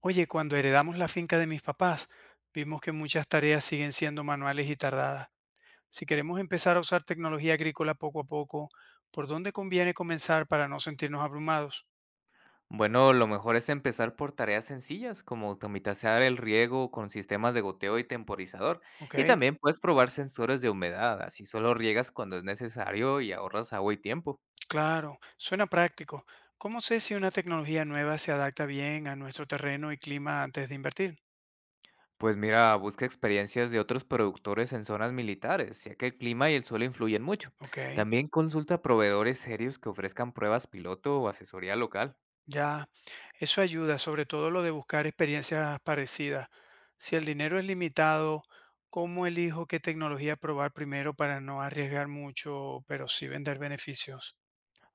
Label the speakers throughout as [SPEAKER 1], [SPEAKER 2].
[SPEAKER 1] Oye, cuando heredamos la finca de mis papás, vimos que muchas tareas siguen siendo manuales y tardadas. Si queremos empezar a usar tecnología agrícola poco a poco, ¿por dónde conviene comenzar para no sentirnos abrumados?
[SPEAKER 2] Bueno, lo mejor es empezar por tareas sencillas como automatizar el riego con sistemas de goteo y temporizador.
[SPEAKER 1] Ok,
[SPEAKER 2] Y también puedes probar sensores de humedad, así solo riegas cuando es necesario y ahorras agua y tiempo.
[SPEAKER 1] claro, suena práctico. ¿Cómo sé si una tecnología nueva se adapta bien a nuestro terreno y clima antes de invertir?
[SPEAKER 2] Pues mira, busca experiencias de otros productores en zonas militares, ya que el clima y el suelo influyen mucho.
[SPEAKER 1] Ok.
[SPEAKER 2] También consulta proveedores serios que ofrezcan pruebas piloto o asesoría local.
[SPEAKER 1] Ya, eso ayuda, sobre todo lo de buscar experiencias parecidas. Si el dinero es limitado, ¿cómo elijo qué tecnología probar primero para no arriesgar mucho, pero sí vender beneficios?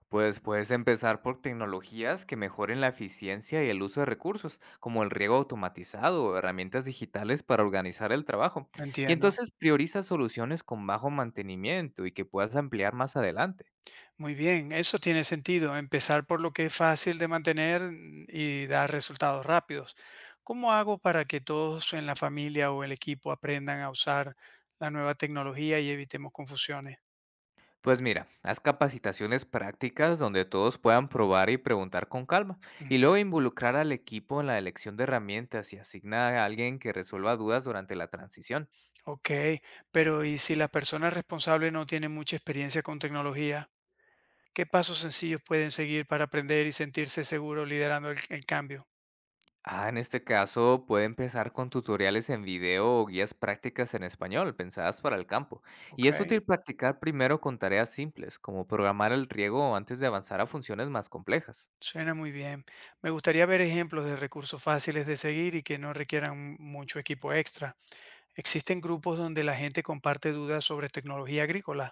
[SPEAKER 2] Pues puedes empezar por tecnologías que mejoren la eficiencia y el uso de recursos, como el riego automatizado o herramientas digitales para organizar el trabajo. Y
[SPEAKER 1] Entiendo.
[SPEAKER 2] entonces prioriza soluciones con bajo mantenimiento y que puedas ampliar más adelante.
[SPEAKER 1] Muy bien, eso tiene sentido. Empezar por lo que es fácil de mantener, y dar resultados rápidos. ¿Cómo hago para que todos en la familia o el equipo aprendan a usar la nueva tecnología y evitemos confusiones?
[SPEAKER 2] Pues mira, haz capacitaciones prácticas donde todos puedan probar y preguntar con calma, y luego involucrar al equipo en la elección de herramientas y asigna a alguien que resuelva dudas durante la transición.
[SPEAKER 1] Ok, pero ¿y si la persona responsable no tiene mucha experiencia con tecnología? ¿Qué pasos sencillos pueden seguir para aprender y sentirse seguro liderando el cambio?
[SPEAKER 2] Ah, en este caso puede empezar con tutoriales en video o guías prácticas en español pensadas para el campo. Y
[SPEAKER 1] Ok,
[SPEAKER 2] es útil practicar primero con tareas simples, como programar el riego antes de avanzar a funciones más complejas.
[SPEAKER 1] suena muy bien. Me gustaría ver ejemplos de recursos fáciles de seguir y que no requieran mucho equipo extra. ¿Existen grupos donde la gente comparte dudas sobre tecnología agrícola?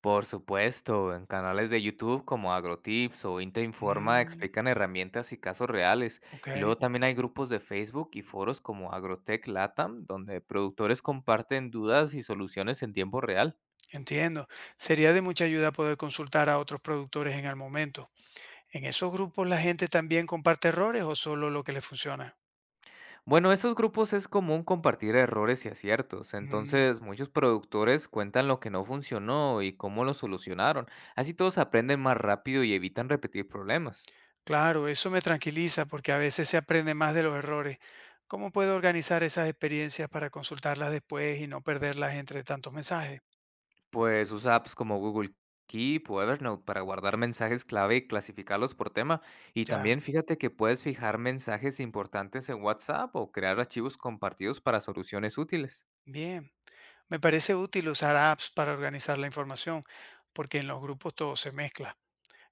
[SPEAKER 2] Por supuesto, en canales de YouTube como AgroTips o Inte Informa
[SPEAKER 1] Mm,
[SPEAKER 2] explican herramientas y casos reales.
[SPEAKER 1] ok,
[SPEAKER 2] Y luego también hay grupos de Facebook y foros como Agrotech Latam, donde productores comparten dudas y soluciones en tiempo real.
[SPEAKER 1] entiendo. Sería de mucha ayuda poder consultar a otros productores en el momento. ¿En esos grupos la gente también comparte errores o solo lo que le funciona?
[SPEAKER 2] Bueno, esos grupos es común compartir errores y aciertos,
[SPEAKER 1] Mm.
[SPEAKER 2] entonces muchos productores cuentan lo que no funcionó y cómo lo solucionaron. Así todos aprenden más rápido y evitan repetir problemas.
[SPEAKER 1] Claro, eso me tranquiliza porque a veces se aprende más de los errores. ¿Cómo puedo organizar esas experiencias para consultarlas después y no perderlas entre tantos mensajes?
[SPEAKER 2] Pues usa apps como Google Keep o Evernote para guardar mensajes clave y clasificarlos por tema. Y
[SPEAKER 1] Ya,
[SPEAKER 2] también fíjate que puedes fijar mensajes importantes en WhatsApp o crear archivos compartidos para soluciones útiles.
[SPEAKER 1] bien. Me parece útil usar apps para organizar la información porque en los grupos todo se mezcla.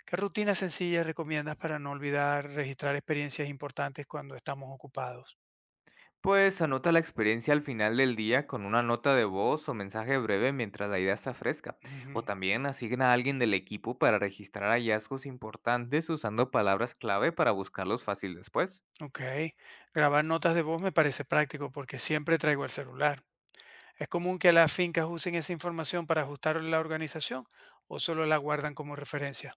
[SPEAKER 1] ¿Qué rutinas sencillas recomiendas para no olvidar registrar experiencias importantes cuando estamos ocupados?
[SPEAKER 2] Pues anota la experiencia al final del día con una nota de voz o mensaje breve mientras la idea está fresca.
[SPEAKER 1] Ujú.
[SPEAKER 2] O también asigna a alguien del equipo para registrar hallazgos importantes usando palabras clave para buscarlos fácil después.
[SPEAKER 1] Ok, grabar notas de voz me parece práctico porque siempre traigo el celular. ¿Es común que las fincas usen esa información para ajustar la organización o solo la guardan como referencia?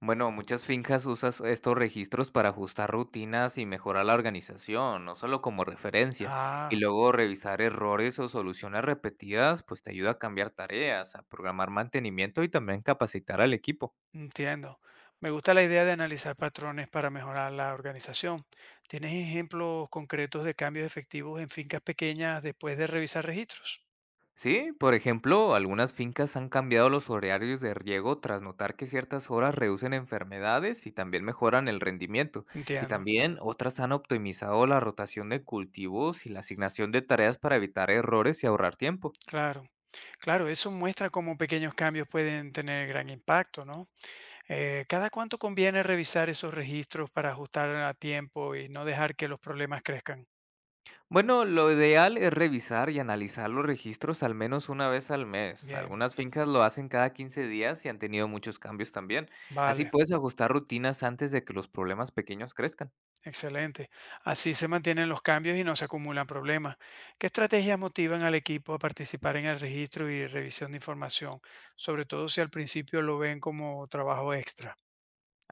[SPEAKER 2] Bueno, muchas fincas usan estos registros para ajustar rutinas y mejorar la organización, no solo como referencia. Y
[SPEAKER 1] Ah,
[SPEAKER 2] luego revisar errores o soluciones repetidas, pues te ayuda a cambiar tareas, a programar mantenimiento y también capacitar al equipo.
[SPEAKER 1] entiendo. Me gusta la idea de analizar patrones para mejorar la organización. ¿Tienes ejemplos concretos de cambios efectivos en fincas pequeñas después de revisar registros?
[SPEAKER 2] Sí, por ejemplo, algunas fincas han cambiado los horarios de riego tras notar que ciertas horas reducen enfermedades y también mejoran el rendimiento. Y
[SPEAKER 1] Entiendo.
[SPEAKER 2] también otras han optimizado la rotación de cultivos y la asignación de tareas para evitar errores y ahorrar tiempo.
[SPEAKER 1] Claro, claro, eso muestra cómo pequeños cambios pueden tener gran impacto, ¿no? ¿Cada cuánto conviene revisar esos registros para ajustar a tiempo y no dejar que los problemas crezcan?
[SPEAKER 2] Bueno, lo ideal es revisar y analizar los registros al menos una vez al mes.
[SPEAKER 1] Bien,
[SPEAKER 2] Algunas fincas lo hacen cada 15 días y han tenido muchos cambios también. Así
[SPEAKER 1] vale.
[SPEAKER 2] puedes ajustar rutinas antes de que los problemas pequeños crezcan.
[SPEAKER 1] Excelente. Así se mantienen los cambios y no se acumulan problemas. ¿Qué estrategias motivan al equipo a participar en el registro y revisión de información? Sobre todo si al principio lo ven como trabajo extra.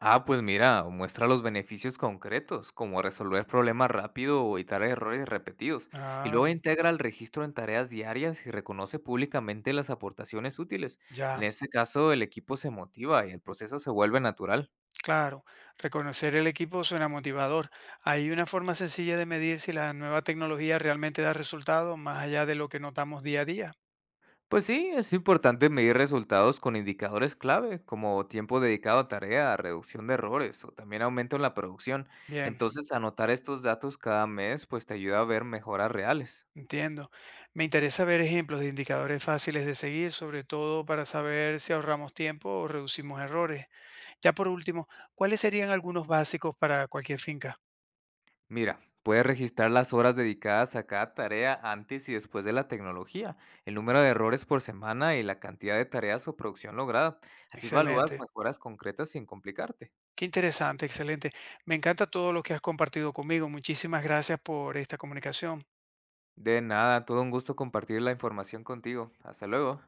[SPEAKER 2] Ah, pues mira, muestra los beneficios concretos, como resolver problemas rápido o evitar errores repetidos, y luego
[SPEAKER 1] Ah,
[SPEAKER 2] integra el registro en tareas diarias y reconoce públicamente las aportaciones útiles.
[SPEAKER 1] ya,
[SPEAKER 2] En este caso, el equipo se motiva y el proceso se vuelve natural.
[SPEAKER 1] claro. Reconocer el equipo suena motivador. ¿Hay una forma sencilla de medir si la nueva tecnología realmente da resultados más allá de lo que notamos día a día?
[SPEAKER 2] Pues sí, es importante medir resultados con indicadores clave, como tiempo dedicado a tarea, reducción de errores o también aumento en la producción.
[SPEAKER 1] Bien,
[SPEAKER 2] Entonces, anotar estos datos cada mes, pues te ayuda a ver mejoras reales.
[SPEAKER 1] entiendo. Me interesa ver ejemplos de indicadores fáciles de seguir, sobre todo para saber si ahorramos tiempo o reducimos errores. Ya por último, ¿cuáles serían algunos básicos para cualquier finca?
[SPEAKER 2] Mira, puedes registrar las horas dedicadas a cada tarea antes y después de la tecnología, el número de errores por semana y la cantidad de tareas o producción lograda. Así evalúas
[SPEAKER 1] Excelente.
[SPEAKER 2] mejoras concretas sin complicarte.
[SPEAKER 1] Qué interesante, excelente. Me encanta todo lo que has compartido conmigo. Muchísimas gracias por esta comunicación.
[SPEAKER 2] De nada, todo un gusto compartir la información contigo. Hasta luego.